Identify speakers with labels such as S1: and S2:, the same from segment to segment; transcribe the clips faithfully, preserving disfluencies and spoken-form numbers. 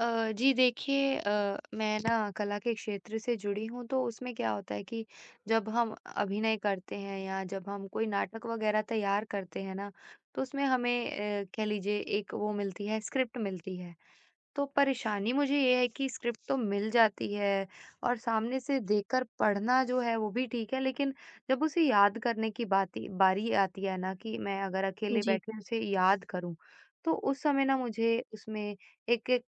S1: अ, जी देखिए, अ, मैं ना कला के क्षेत्र से जुड़ी हूँ, तो उसमें क्या होता है कि जब हम अभिनय करते हैं या जब हम कोई नाटक वगैरह तैयार करते हैं ना, तो उसमें हमें अ, कह लीजिए, एक वो मिलती है, स्क्रिप्ट मिलती है। तो परेशानी मुझे ये है कि स्क्रिप्ट तो मिल जाती है, और सामने से देखकर पढ़ना जो है वो भी ठीक है, लेकिन जब उसे याद करने की बाती बारी आती है ना, कि मैं अगर अकेले
S2: जी।
S1: बैठे उसे याद करूँ, तो उस समय ना मुझे उसमें एक एक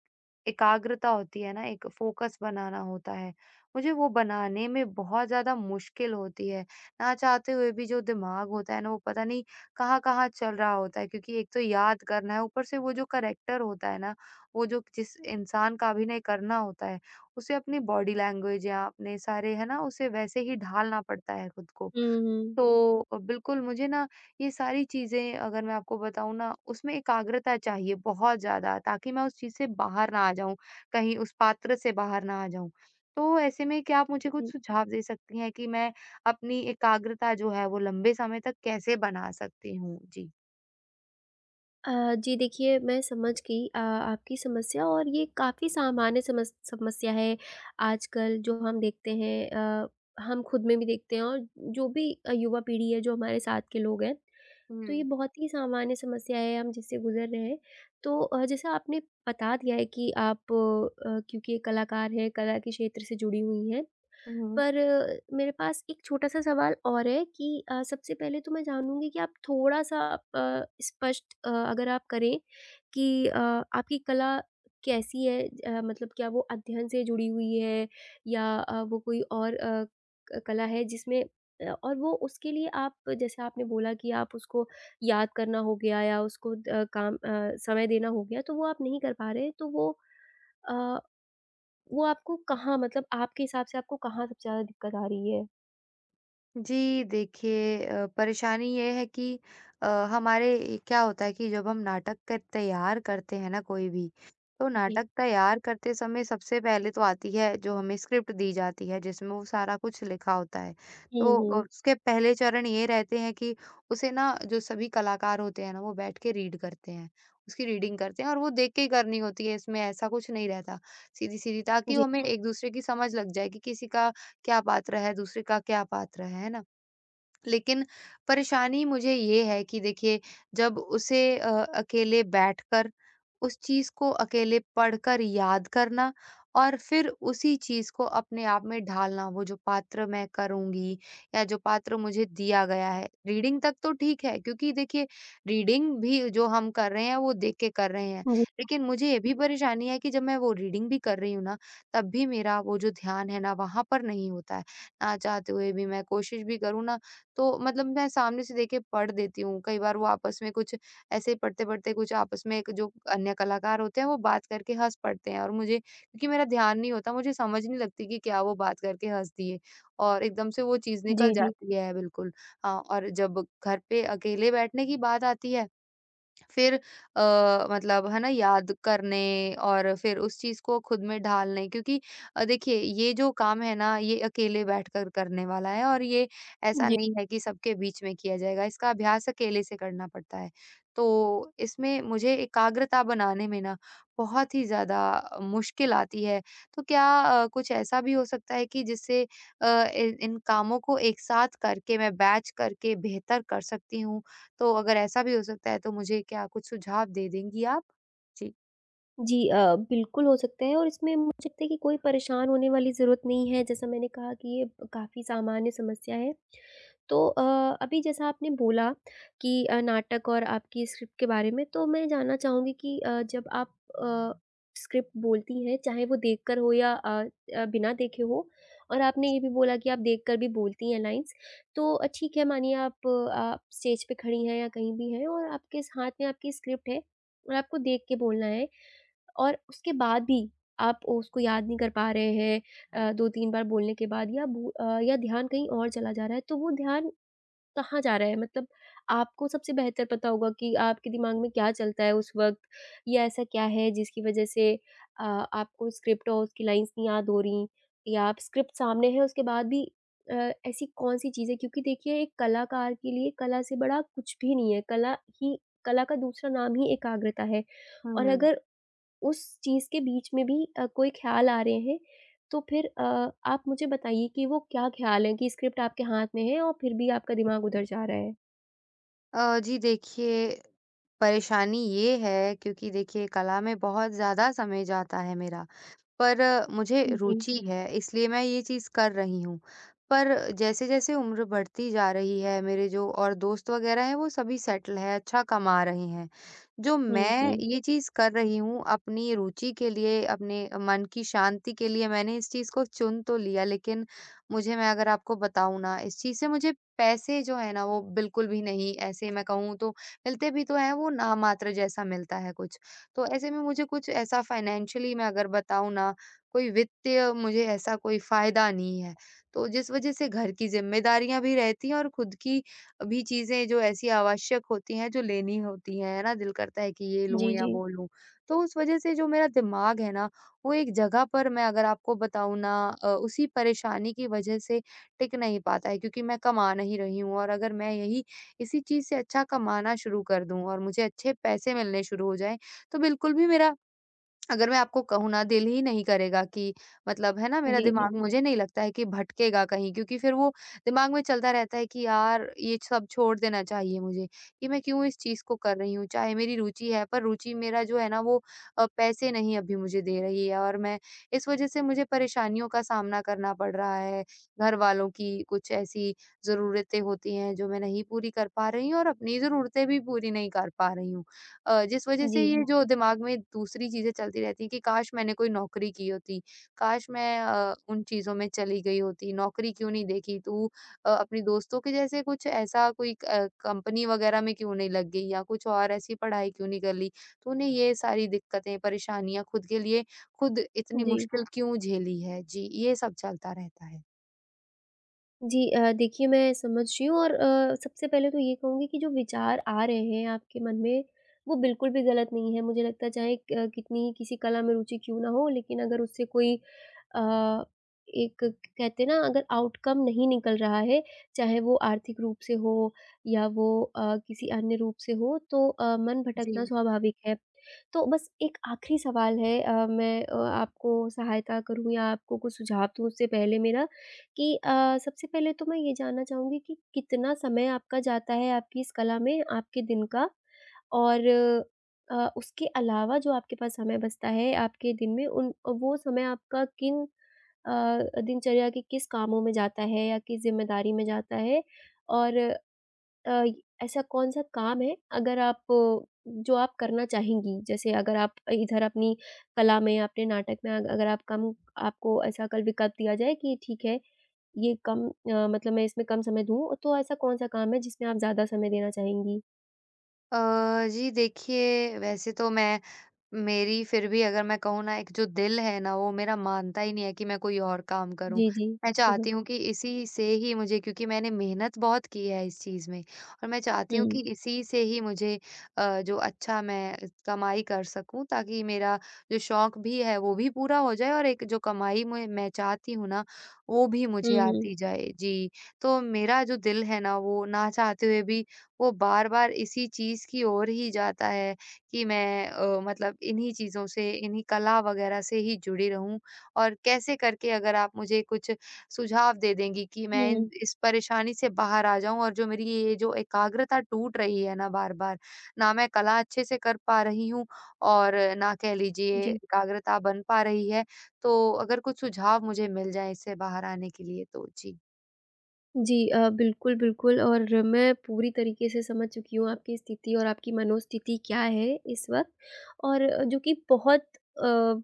S1: एकाग्रता होती है ना, एक फ़ोकस बनाना होता है। मुझे वो बनाने में बहुत ज़्यादा मुश्किल होती है, ना चाहते हुए भी जो दिमाग होता है ना, वो पता नहीं कहाँ-कहाँ चल रहा होता है, क्योंकि एक तो याद करना है, ऊपर से वो जो करैक्टर होता है ना, वो जो जिस इंसान का अभिनय करना होता है, उसे अपनी बॉडी लैंग्वेज या अपने सारे है ना, उसे वैसे ही ढालना पड़ता है खुद को।
S2: हुँ, हुँ,
S1: तो
S2: हुँ,
S1: अ, बिल्कुल मुझे ना, ये सारी चीज़ें अगर मैं आपको बताऊँ ना, उसमें एकाग्रता चाहिए बहुत ज़्यादा, ताकि मैं उस चीज़ से बाहर ना आ जाऊँ, कहीं उस पात्र से बाहर ना आ जाऊँ। तो ऐसे में क्या आप मुझे
S2: हुँ।
S1: कुछ सुझाव दे सकती हैं कि मैं अपनी एकाग्रता जो है वो लंबे समय तक कैसे बना सकती हूँ? जी।
S2: अ, जी देखिए मैं समझ गई, अ, आपकी समस्या, और ये काफ़ी सामान्य समस समस्या है आजकल जो हम देखते हैं, अ, हम खुद में भी देखते हैं, और जो भी अ, युवा पीढ़ी है जो हमारे साथ के लोग हैं। तो ये
S1: हुँ।
S2: बहुत ही सामान्य समस्या है हम जिससे गुज़र रहे हैं। तो अ, जैसा आपने बता दिया है कि आप, अ, क्योंकि एक कलाकार हैं, कला के क्षेत्र से जुड़ी हुई हैं।
S1: हुँ।
S2: पर अ, मेरे पास एक छोटा-सा सवाल और है कि अ, सबसे पहले तो मैं जानूँगी कि आप थोड़ा-सा अ, स्पष्ट अ, अगर आप करें, कि अ, आपकी कला कैसी है? अ, मतलब क्या वो अध्ययन से जुड़ी हुई है या अ, वो कोई और अ, क कला है जिसमें, अ, और वो उसके लिए आप, जैसे आपने बोला कि आप उसको याद करना हो गया या उसको द काम, अ, समय देना हो गया, तो वो आप नहीं कर पा रहे, तो वो अ वो आपको कहाँ, मतलब आपके हिसाब से आपको कहाँ सबसे ज़्यादा दिक्कत आ रही है?
S1: जी, देखिए, अ, परेशानी ये है कि अ, हमारे क्या होता है कि जब हम नाटक क तैयार करते हैं ना कोई भी, तो
S2: जी।
S1: नाटक तैयार करते समय सबसे पहले तो आती है, जो हमें स्क्रिप्ट दी जाती है, जिसमें वो सारा कुछ लिखा होता है।
S2: हुँ,
S1: तो अ,
S2: हुँ।
S1: उसके पहले चरण ये रहते हैं कि उसे ना, जो सभी कलाकार होते हैं ना, वो बैठ के रीड करते हैं, उसकी रीडिंग करते हैं, और वो देख के ही करनी होती है, इसमें ऐसा कुछ नहीं रहता, सीधी-सीधी, ताकि
S2: जी,
S1: वो हमें एक-दूसरे की समझ लग जाए कि किसी का क्या पात्र है, दूसरे का क्या पात्र है, है ना? लेकिन परेशानी मुझे ये है कि देखिए, जब उसे अ, अकेले बैठकर उस चीज़ को अकेले पढ़कर याद करना, और फिर उसी चीज़ को अपने आप में ढालना, वो जो पात्र मैं करूँगी या जो पात्र मुझे दिया गया है। रीडिंग तक तो ठीक है, क्योंकि देखिए, रीडिंग भी जो हम कर रहे हैं वो देख के कर रहे हैं। लेकिन मुझे ये भी परेशानी है कि जब मैं वो रीडिंग भी कर रही हूँ ना, तब भी मेरा वो जो ध्यान है ना, वहाँ पर नहीं होता है। ना चाहते हुए भी, मैं कोशिश भी करूँ ना, तो मतलब मैं सामने से देखे पढ़ देती हूँ। कई बार वो आपस में कुछ ऐसे ही पढ़ते-पढ़ते कुछ आपस में, एक जो अन्य कलाकार होते हैं, वो बात करके हँस पड़ते हैं, और मुझे, क्योंकि मेरा ध्यान नहीं होता, मुझे समझ नहीं लगती कि क्या वो बात करके हँस दिए, और एकदम से वो चीज़ निकल
S2: जी, जी,
S1: जाती है बिल्कुल। हाँ, और जब घर पे अकेले बैठने की बात आती है, फिर अ, मतलब है ना, याद करने और फिर उस चीज़ को खुद में ढालने, क्योंकि अ, देखिए, ये जो काम है ना, ये अकेले बैठकर करने वाला है, और ये ऐसा
S2: जी।
S1: नहीं है कि सबके बीच में किया जाएगा, इसका अभ्यास अकेले से करना पड़ता है। तो इसमें मुझे एकाग्रता बनाने में ना, बहुत ही ज़्यादा मुश्किल आती है। तो क्या अ, कुछ ऐसा भी हो सकता है कि जिससे अ, इन इन कामों को एक साथ करके मैं बैच करके बेहतर कर सकती हूँ? तो अगर ऐसा भी हो सकता है, तो मुझे क्या कुछ सुझाव दे देंगी आप? जी।
S2: जी अ, बिल्कुल हो सकते हैं, और इसमें मुझे लगता है कि कोई परेशान होने वाली ज़रूरत नहीं है, जैसा मैंने कहा कि ये काफ़ी सामान्य समस्या है। तो अ, अभी जैसा आपने बोला कि अ, नाटक और आपकी स्क्रिप्ट के बारे में, तो मैं जानना चाहूँगी कि अ, जब आप अ, स्क्रिप्ट बोलती हैं, चाहे वो देखकर हो या अ अ, बिना देखे हो, और आपने ये भी बोला कि आप देखकर भी बोलती हैं लाइन्स। तो अ, ठीक है, मानिए आप अ, आप स्टेज पे खड़ी हैं या कहीं भी हैं, और आपके स हाथ में आपकी स्क्रिप्ट है और आपको देख के बोलना है, और उसके बाद भी आप उसको याद नहीं कर पा रहे हैं, अ, दो तीन बार बोलने के बाद, या भू अ, या ध्यान कहीं और चला जा रहा है, तो वो ध्यान कहाँ जा रहा है? मतलब आपको सबसे बेहतर पता होगा कि आपके दिमाग में क्या चलता है उस वक़्त, या ऐसा क्या है जिसकी वज़ह से अ, आपको स्क्रिप्ट और उसकी लाइन्स नहीं याद हो रहीं, या आप स्क्रिप्ट सामने है उसके बाद भी अ, ऐसी कौन-सी चीज़ है? क्योंकि देखिए, एक कलाकार के लिए कला से बड़ा कुछ भी नहीं है, कला ही कला का दूसरा नाम ही एकाग्रता है, और
S1: हुँ।
S2: अगर उस चीज़ के बीच में भी अ, कोई ख़्याल आ रहे हैं, तो फिर अ, आप मुझे बताइए कि वो क्या ख़्याल हैं, कि स्क्रिप्ट आपके हाथ में है और फिर भी आपका दिमाग उधर जा रहा है?
S1: अ, जी देखिए, परेशानी ये है, क्योंकि देखिए, कला में बहुत ज़्यादा समय जाता है मेरा। पर अ, मुझे
S2: जी।
S1: रुचि है, इसलिए मैं ये चीज़ कर रही हूँ। पर जैसे-जैसे उम्र बढ़ती जा रही है, मेरे जो और दोस्त वगैरह हैं, वो सभी सेटल हैं, अच्छा कमा रहे हैं। जो
S2: हुँ,
S1: मैं
S2: हुँ।
S1: ये चीज़ कर रही हूँ, अपनी रुचि के लिए, अपने मन की शांति के लिए, मैंने इस चीज़ को चुन तो लिया, लेकिन मुझे मैं अगर आपको बताऊँ ना, इस चीज़ से मुझे पैसे जो हैं ना, वो बिल्कुल भी नहीं, ऐसे मैं कहूँ तो मिलते भी तो हैं, वो नामात्र जैसा मिलता है कुछ। तो ऐसे में मुझे कुछ ऐसा, फाइनेंशियली मैं अगर बताऊँ ना, कोई वित्तीय मुझे ऐसा कोई फ़ायदा नहीं है। तो जिस वज़ह से घर की ज़िम्मेदारियाँ भी रहती हैं, और खुद की भी चीज़ें जो ऐसी आवश्यक होती हैं, जो लेनी होती हैं, है ना? दिल करता है कि ये लूँ
S2: जी,
S1: या
S2: जी।
S1: वो लूँ। तो उस वज़ह से जो मेरा दिमाग है ना, वो एक जगह पर, मैं अगर आपको बताऊँ ना, अ, उसी परेशानी की वज़ह से टिक नहीं पाता है, क्योंकि मैं कमा नहीं रही हूँ, और अगर मैं यही इसी चीज़ से अच्छा कमाना शुरू कर दूँ, और मुझे अच्छे पैसे मिलने शुरू हो जाएँ, तो बिल्कुल भी मेरा, अगर मैं आपको कहूँ ना, दिल ही नहीं करेगा कि, मतलब है ना, मेरा
S2: जी, जी।
S1: दिमाग मुझे नहीं लगता है कि भटकेगा कहीं, क्योंकि फिर वो दिमाग में चलता रहता है कि यार, ये सब छोड़ देना चाहिए मुझे, कि मैं क्यों इस चीज़ को कर रही हूँ। चाहे मेरी रुचि है, पर रुचि मेरा जो है ना, वो अ, पैसे नहीं अभी मुझे दे रही है, और मैं इस वज़ह से मुझे परेशानियों का सामना करना पड़ रहा है। घरवालों की कुछ ऐसी ज़रूरतें होती हैं जो मैं नहीं पूरी कर पा रही हूँ, और अपनी ज़रूरतें भी पूरी नहीं कर पा रही हूँ। अ, जिस वजह
S2: जी,
S1: से ये
S2: जी।
S1: जो दिमाग में दूसरी चीज़ें चलती रहती हैं कि काश मैंने कोई नौकरी की होती, काश मैं अ, उन चीज़ों में चली गई होती, नौकरी क्यों नहीं देखी, तू अ, अपने दोस्तों के जैसे कुछ ऐसा कोई क कंपनी वगैरह में क्यों नहीं लग गई, या कुछ और ऐसी पढ़ाई क्यों नहीं कर ली, तूने ये सारी दिक्कतें, परेशानियाँ खुद के लिए खुद इतनी
S2: जी।
S1: मुश्किल क्यों झेली है? जी, ये सब चलता रहता है।
S2: जी अ, देखिए मैं समझ रही हूँ, और अ, सबसे पहले तो ये कहूँगी कि जो विचार आ रहे हैं आपके मन में, वो बिल्कुल भी गलत नहीं है। मुझे लगता है चाहे क कितनी किसी कला में रुचि क्यों ना हो, लेकिन अगर उससे कोई अ, एक, कहते हैं ना, अगर आउटकम नहीं निकल रहा है, चाहे वो आर्थिक रूप से हो या वो अ, किसी अन्य रूप से हो, तो अ, मन
S1: जी।
S2: भटकना स्वाभाविक है। तो बस एक आखिरी सवाल है, अ, मैं अ, आपको सहायता करूँ या आपको कुछ सुझाव दूँ उससे पहले मेरा, कि अ, सबसे पहले तो मैं ये जानना चाहूँगी कि कितना समय आपका जाता है आपकी इस कला में, आपके दिन का? और अ, उसके अलावा जो आपके पास समय बचता है आपके दिन में, उन वो समय आपका किन अ, दिनचर्या के किस कामों में जाता है या किस ज़िम्मेदारी में जाता है? और अ, ऐसा कौन-सा काम है, अगर आप अ, जो आप करना चाहेंगी? जैसे अगर आप इधर अपनी कला में, अपने नाटक में अग अगर आप कम, आपको ऐसा कल विकल्प दिया जाए कि ठीक है ये कम, अ, मतलब मैं इसमें कम समय दूँ, तो ऐसा कौन-सा काम है जिसमें आप ज़्यादा समय देना चाहेंगी?
S1: अ, जी देखिए, वैसे तो मैं मेरी फिर भी, अगर मैं कहूँ ना, एक जो दिल है ना, वो मेरा मानता ही नहीं है कि मैं कोई और काम करूँ।
S2: जी, जी।
S1: मैं चाहती हूँ कि इसी से ही मुझे, क्योंकि मैंने मेहनत बहुत की है इस चीज़ में, और मैं चाहती
S2: हुँ,
S1: हूँ कि
S2: हुँ।
S1: इसी से ही मुझे अ, जो अच्छा मैं कमाई कर सकूँ, ताकि मेरा जो शौक भी है वो भी पूरा हो जाए, और एक जो कमाई मैं मैं चाहती हूँ ना, वो भी
S2: हुँ।
S1: मुझे
S2: हुँ, हुँ।
S1: आती जाए। जी, तो मेरा जो दिल है ना, वो ना चाहते हुए भी, वो बार-बार इसी चीज़ की ओर ही जाता है। कि मैं अ, मतलब इन्हीं चीज़ों से, इन्हीं कला वगैरह से ही जुड़ी रहूँ? और कैसे करके, अगर आप मुझे कुछ सुझाव दे देंगी कि
S2: हुँ,
S1: मैं इन
S2: हुँ।
S1: इस परेशानी से बाहर आ जाऊँ, और जो मेरी ये जो एकाग्रता टूट रही है ना बार-बार, ना मैं कला अच्छे से कर पा रही हूँ, और ना, कह लीजिए,
S2: जी।
S1: एकाग्रता बन पा रही है। तो अगर कुछ सुझाव मुझे मिल जाएँ इससे बाहर आने के लिए तो? जी।
S2: जी अ, बिल्कुल, बिल्कुल, और मैं पूरी तरीके से समझ चुकी हूँ आपकी स्थिति और आपकी मनोस्थिति क्या है इस वक़्त, और जो कि बहुत अ,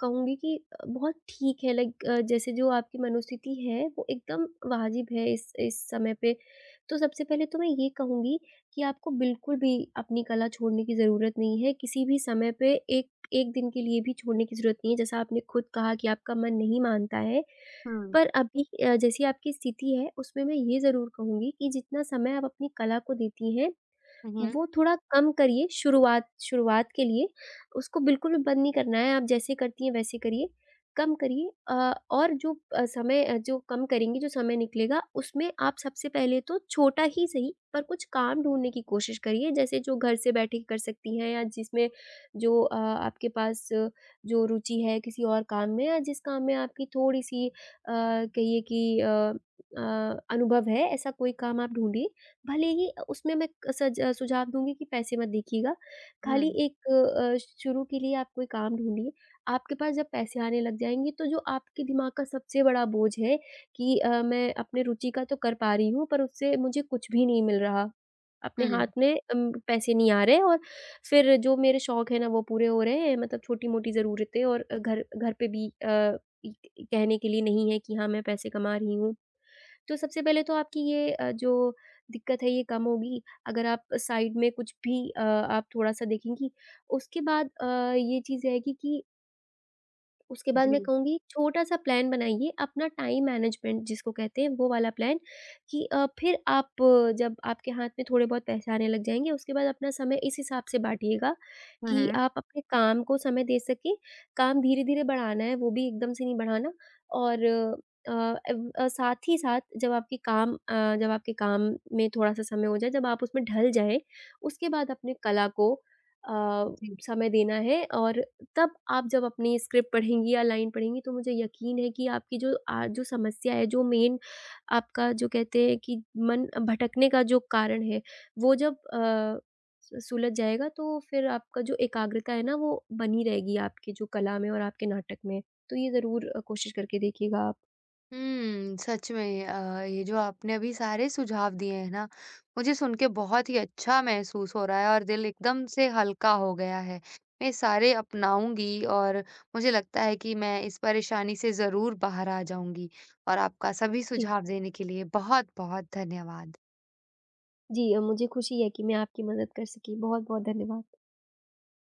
S2: कहूँगी कि अ, बहुत ठीक है, लाइक अ, जैसे जो आपकी मनोस्थिति है, वो एकदम वाजिब है इस इस समय पे। तो सबसे पहले तो मैं ये कहूँगी कि आपको बिल्कुल भी अपनी कला छोड़ने की ज़रूरत नहीं है, किसी भी समय पे एक 1 दिन के लिए भी छोड़ने की ज़रूरत नहीं है। जैसा आपने खुद कहा कि आपका मन नहीं मानता है,
S1: हुँ।
S2: पर अभी अ, जैसी आपकी स्थिति है, उसमें मैं ये ज़रूर कहूँगी कि जितना समय आप अपनी कला को देती हैं,
S1: हुँ, हुँ।
S2: वो थोड़ा कम करिए शुरुआत शुरुआत के लिए। उसको बिल्कुल भी बंद नहीं करना है, आप जैसे करती हैं वैसे करिए, कम करिए, अ, और जो अ, समय अ, जो कम करेंगी, जो समय निकलेगा, उसमें आप सबसे पहले तो छोटा ही सही पर कुछ काम ढूँढने की कोशिश करिए, जैसे जो घर से बैठे कर सकती हैं या जिसमें जो अ, आपके पास अ, जो रुचि है किसी और काम में, या जिस काम में आपकी थोड़ी-सी अ, कहिए कि अ अ, अनुभव है, ऐसा कोई काम आप ढूँढिए। भले ही अ, उसमें मैं क सज अ, सुझाव दूँगी कि पैसे मत देखिएगा,
S1: हुँ,
S2: खाली एक, अ, शुरू के लिए आप कोई काम ढूँढिए। आपके पास जब पैसे आने लग जाएँगे, तो जो आपके दिमाग का सबसे बड़ा बोझ है कि अ, मैं अपने रुचि का तो कर पा रही हूँ पर उससे मुझे कुछ भी नहीं मिल रहा। अपने
S1: हुँ।
S2: हाथ में अम, पैसे नहीं आ रहे, और फिर जो मेरे शौक हैं ना वो पूरे हो रहे हैं, मतलब छोटी-मोटी ज़रूरतें, और अ, घर घर पे भी अ, इ कहने के लिए नहीं है कि हाँ, मैं पैसे कमा रही हूँ। तो सबसे पहले तो आपकी ये अ, जो दिक्कत है, ये कम होगी, अगर आप साइड में कुछ भी अ, आप थोड़ा-सा देखेंगी। उसके बाद अ, ये चीज़ रहेगी कि उसके बाद मैं
S1: जी।
S2: कहूँगी छोटा-सा प्लान बनाइए, अपना टाइम मैनेजमेंट जिसको कहते हैं वो वाला प्लान, कि अ, फिर आप अ, जब आपके हाथ में थोड़े बहुत पैसे आने लग जाएँगे, उसके बाद अपना समय इस हिसाब से बाँटिएगा
S1: हुँ,
S2: कि
S1: हुँ।
S2: आप अपने काम को समय दे सकें। काम धीरे-धीरे बढ़ाना है, वो भी एकदम से नहीं बढ़ाना, और अ, एव अ, साथ ही साथ, जब आपके काम अ, जब आपके काम में थोड़ा-सा समय हो जाए, जब आप उसमें ढल जाएँ, उसके बाद अपने कला को अ,
S1: जी।
S2: समय देना है, और तब आप जब अपनी स्क्रिप्ट पढ़ेंगी या लाइन पढ़ेंगी, तो मुझे यकीन है कि आपकी जो आ जो समस्या है, जो मेन, आपका जो कहते हैं कि मन भटकने का जो कारण है, वो जब अ, स सुलझ जाएगा, तो फिर आपका जो एकाग्रता है ना, वो बनी रहेगी आपकी जो कला में और आपके नाटक में। तो ये ज़रूर अ, कोशिश करके देखिएगा आप।
S1: हुँ, सच में, अ, ये जो आपने अभी सारे सुझाव दिए हैं ना, मुझे सुन के बहुत ही अच्छा महसूस हो रहा है, और दिल एकदम से हल्का हो गया है। मैं सारे अपनाऊँगी, और मुझे लगता है कि मैं इस परेशानी से ज़रूर बाहर आ जाऊँगी, और आपका सभी
S2: जी।
S1: सुझाव देने के लिए बहुत-बहुत धन्यवाद।
S2: जी, अ, मुझे खुशी है कि मैं आपकी मदद कर सकी। बहुत-बहुत धन्यवाद।